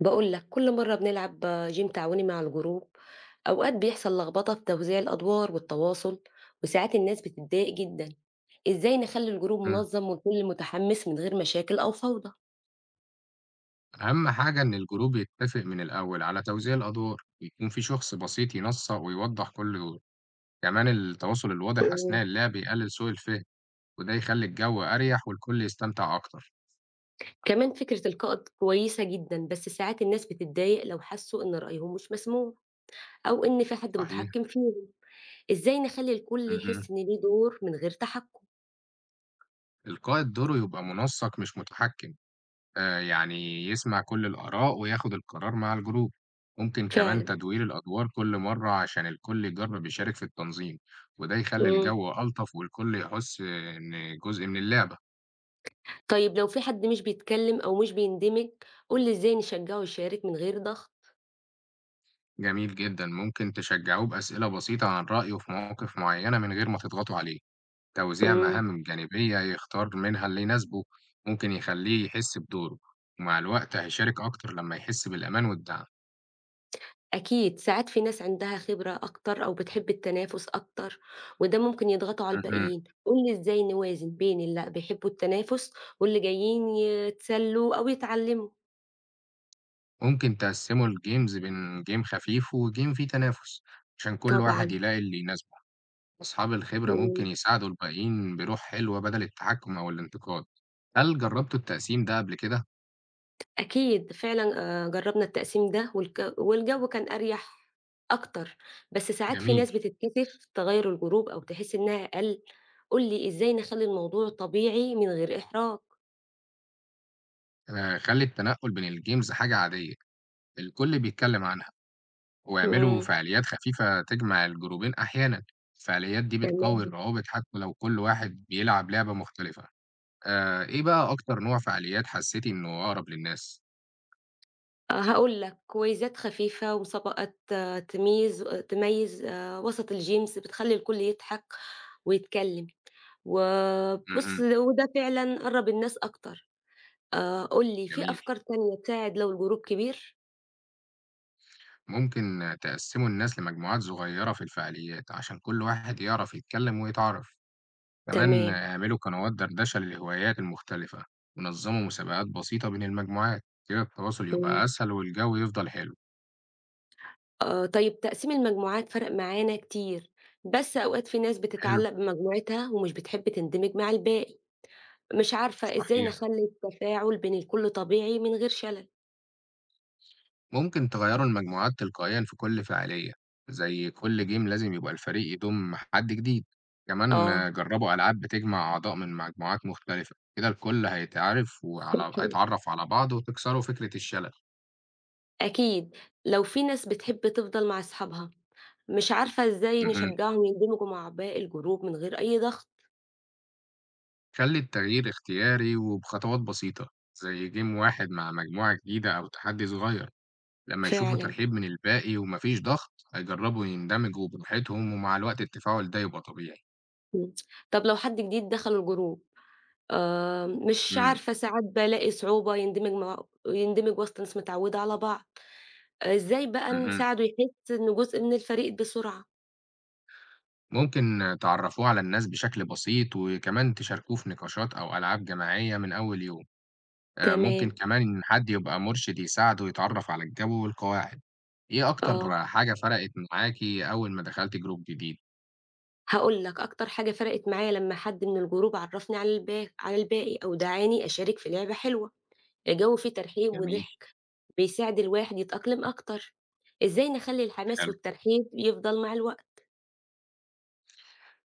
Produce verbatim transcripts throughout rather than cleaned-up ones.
باقول لك كل مرة بنلعب جيم تعاوني مع الجروب. أوقات بيحصل لخبطة في توزيع الأدوار والتواصل، وساعات الناس بتتضايق جدا. إزاي نخلي الجروب إمم. منظم والكل متحمس من غير مشاكل أو فوضى؟ أهم حاجة إن الجروب يتّفق من الأول على توزيع الأدوار، ويكون في شخص بسيط ينسق ويوضّح كل دور. كمان التواصل الواضح مم. أثناء اللعب يقلل سوء الفهم، وده يخلّي الجو أريح والكل يستمتع أكتر. كمان فكرة القائد كويسة جدا، بس ساعات الناس بتتضايق لو حسوا إن رأيهم مش مسموع أو إن في حد صحيح. متحكم فيهم. إزاي نخلي الكل اهم. يحس إن ليه دور من غير تحكم؟ القائد دوره يبقى منسق مش متحكم، آآ يعني يسمع كل الآراء وياخد القرار مع الجروب. ممكن كمان فعلا. تدوير الأدوار كل مرّة عشان الكل يجرّب يشارك في التنظيم، وده يخلّي مم. الجو ألطف والكل يحس إن جزء من اللعبة. طيب لو في حد مش بيتكلم أو مش بيندمج، قول لي إزاي نشجعه يشارك من غير ضغط. جميل جدًا، ممكن تشجّعوه بأسئلة بسيطة عن رأيه في مواقف معيّنة من غير ما تضغطوا عليه، توزيع إمم. مهام جانبية يختار منها اللي يناسبه، ممكن يخلّيه يحس بدوره، ومع الوقت هيشارك أكتر لمّا يحس بالأمان والدعم. أكيد ساعات في ناس عندها خبرة أكتر أو بتحب التنافس أكتر، وده ممكن يضغطوا على اهم، الباقيين، قُل لي إزاي نوازن بين اللي بيحبوا التنافس واللي جايين يتسلّوا أو يتعلموا؟ ممكن تقسّموا الgames بين game خفيف وgame فيه تنافس، عشان كل واحد طبعًا. يلاقي اللي يناسبه. أصحاب الخبرة ممكن إمم. يساعدوا الباقيين بروح حلوة بدل التحكم أو الانتقاد. هل جرّبتوا التقسيم ده قبل كده؟ أكيد فعلًا. آآ، جرّبنا التقسيم ده والك والجو كان أريح أكتر، بس ساعات في جميل، ناس بتتكسف تغيّر الجروب أو تحس إنها أقل. قُل لي إزاي نخلّي الموضوع طبيعي من غير إحراج؟ آآ خلّي التنقل بين الgames حاجة عادية، الكل بيتكلم عنها ويعملوا إمم. فعاليات خفيفة تجمع الجروبين أحيانا. الفعاليات دي بتقوي تمام. الروابط حتى لو كل واحد بيلعب لعبة مختلفة. آه، إيه بقى أكتر نوع فعاليات حسيتي إنه أقرب للناس؟ آآ هاقول لك، كويزات خفيفة ومسابقات، آه، تميز تميّز آآ وسط الجيمس، بتخلّي الكل يضحك ويتكلّم. وبُص، مهم. وده فعلًا قرّب الناس أكتر. آآ قُل لي في جميل. أفكار تانية تساعد لو الجروب كبير؟ ممكن تقسموا الناس لمجموعات صغيرة في الفعاليات عشان كل واحد يعرف يتكلم ويتعرف. كمان تمام. اعملوا قنوات دردشة للهوايات المختلفة ونظموا مسابقات بسيطة بين المجموعات. كده التواصل إمم. يبقى أسهل والجو يفضل حلو. آآ طيب تقسيم المجموعات فرق معانا كتير، بس أوقات في ناس حلو. بتتعلق بمجموعتها ومش بتحب تندمج مع الباقي. مش عارفة إزاي صحيح. نخلّي التفاعل بين الكل طبيعي من غير شلل. ممكن تغيروا المجموعات تلقائيا في كل فعالية، زي كل جيم لازم يبقى الفريق يضم حد جديد. كمان آه. آه، جربوا ألعاب بتجمع أعضاء من مجموعات مختلفة، كده الكل هيتعرف وعلى صحيح. هيتعرف على بعض وتكسروا فكرة الشلل. أكيد. لو في ناس بتحب تفضل مع أصحابها، مش عارفة إزاي مهم. نشجعهم يندمجوا مع باقي الجروب من غير أي ضغط؟ خلي التغيير اختياري وبخطوات بسيطة، زي جيم واحد مع مجموعة جديدة أو تحدي صغير. لما يشوفوا فعلًا. ترحيب من الباقي ومفيش ضغط هيجربوا يندمجوا براحتهم، ومع الوقت التفاعل ده يبقى طبيعي. إمم. طب لو حد جديد دخل الجروب، آآ، مش مم. عارفة ساعات بالاقي صعوبة يندمج مع يندمج وسط ناس متعودة على بعض. آه. إزاي بقى مهم. نساعده يحس إنه جزء من الفريق بسرعة؟ ممكن تعرفوه على الناس بشكل بسيط وكمان تشاركوه في نقاشات أو ألعاب جماعية من أول يوم. آه، ممكن تمام. كمان إن حد يبقى مرشد يساعده يتعرف على الجو والقواعد. إيه آه. أكتر حاجة فرقت معاكي أول ما دخلت جروب جديد؟ هاقول لك أكتر حاجة فرقت معايا لمّا حد من الجروب عرّفني على البا على الباقي أو دعاني أشارك في لعبة حلوة، الجو فيه ترحيب جميل. وضحك. بيساعد الواحد يتأقلم أكتر. إزاي نخلّي الحماس حلو. والترحيب يفضل مع الوقت؟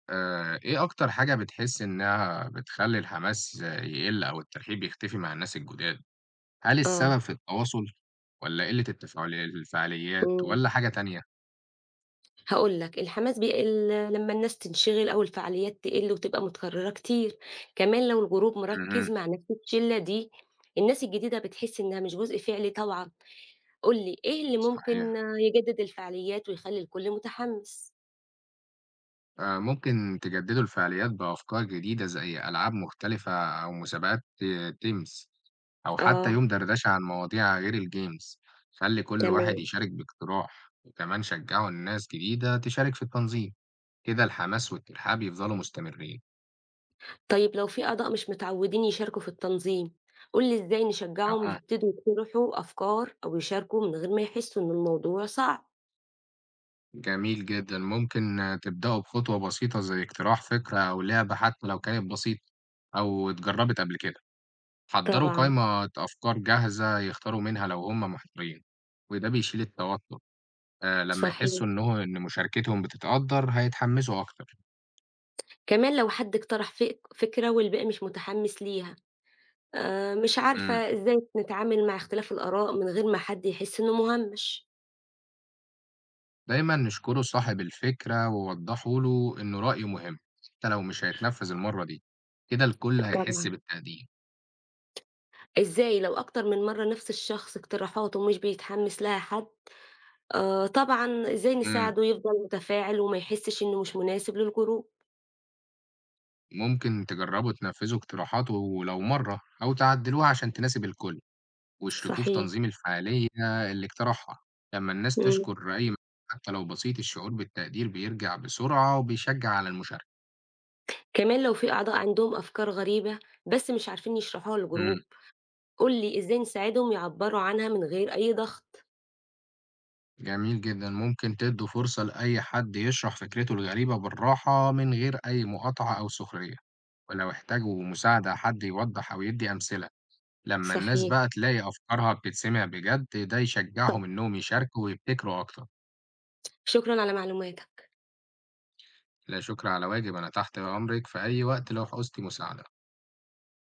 آه، إيه أكتر حاجة بتحس إنها بتخلي الحماس يقل أو الترحيب يختفي مع الناس الجداد؟ هل السبب آه. في التواصل ولا قلة التفاعل- الفعاليات إمم. ولا حاجة تانية؟ هاقول لك الحماس بيقل لمّا الناس تنشغل أو الفعاليات تقل وتبقى متكررة كتير، كمان لو الجروب مهم. مركز مع نفس الشلة دي، الناس الجديدة بتحس إنها مش جزء فعلي طبعًا. قُل لي إيه اللي ممكن صحيح. يجدد الفعاليات ويخلّي الكل متحمس؟ آه، ممكن تجددوا الفعاليات بأفكار جديدة زي ألعاب مختلفة أو مسابقات ت- تيمز أو حتى آه. يوم دردشة عن مواضيع غير الجيمز. خلي كل واحد تمام. يشارك باقتراح وكمان شجعوا الناس جديدة تشارك في التنظيم، كده الحماس والترحاب يفضلوا مستمرين. طيب لو في أعضاء مش متعودين يشاركوا في التنظيم، قُل لي إزاي نشجعهم أها. يبتدوا يقترحوا أفكار أو يشاركوا من غير ما يحسوا إن الموضوع صعب؟ جميل جدا. ممكن آه، تبدأوا بخطوة بسيطة زي اقتراح فكرة أو لعبة حتى لو كانت بسيطة أو اتجربت قبل كده. حضّروا طبعًا. قايمة أفكار جاهزة يختاروا منها لو هم محتارين، وده بيشيل التوتر، آآ لمّا صحيح. يحسّوا إنه إن مشاركتهم بتتقدّر هيتحمّسوا أكتر. كمان لو حد اقترح فك فكرة والباقي مش متحمس ليها، آآ مش عارفة إمم، إزاي نتعامل مع اختلاف الآراء من غير ما حد يحس إنه مُهمّش؟ دايمًا اشكروا صاحب الفكرة ووضّحوا له إنه رأيه مهم، حتى لو مش هيتنفّذ المرّة دي، كده الكل هيحس طبعًا. بالتقدير. إزاي لو أكتر من مرّة نفس الشخص اقتراحاته مش بيتحمس لها حد؟ آآ طبعًا إزاي إمم، نساعده يفضل متفاعل وما يحسش إنه مش مناسب للجروب؟ ممكن تجرّبوا تنفّذوا اقتراحاته ولو مرّة أو تعدّلوها عشان تناسب الكل، ويشركوه في صحيح. تنظيم الفعالية اللي اقترحها. لما الناس إمم. تشكر أي مجهود حتى لو بسيط، الشعور بالتقدير بيرجع بسرعة وبيشجع على المشاركة. كمان لو في أعضاء عندهم أفكار غريبة بس مش عارفين يشرحوها إمم، لجروب، قولي إزاي نساعدهم يعبروا عنها من غير أي ضغط. جميل جدًا، ممكن تدّوا فرصة لأي حد يشرح فكرته الغريبة بالراحة من غير أي مقاطعة أو سخرية، ولو احتاجوا مساعدة حد يوضح أو يدّي أمثلة. لما الناس صحيح. بقى تلاقي أفكارها بتتسمع بجد ده طب، يشجعهم إنهم يشاركوا ويبتكروا أكتر. شكرا على معلوماتك. لا شكر على واجب، أنا تحت أمرك في أي وقت لو عوزتِ مساعدة.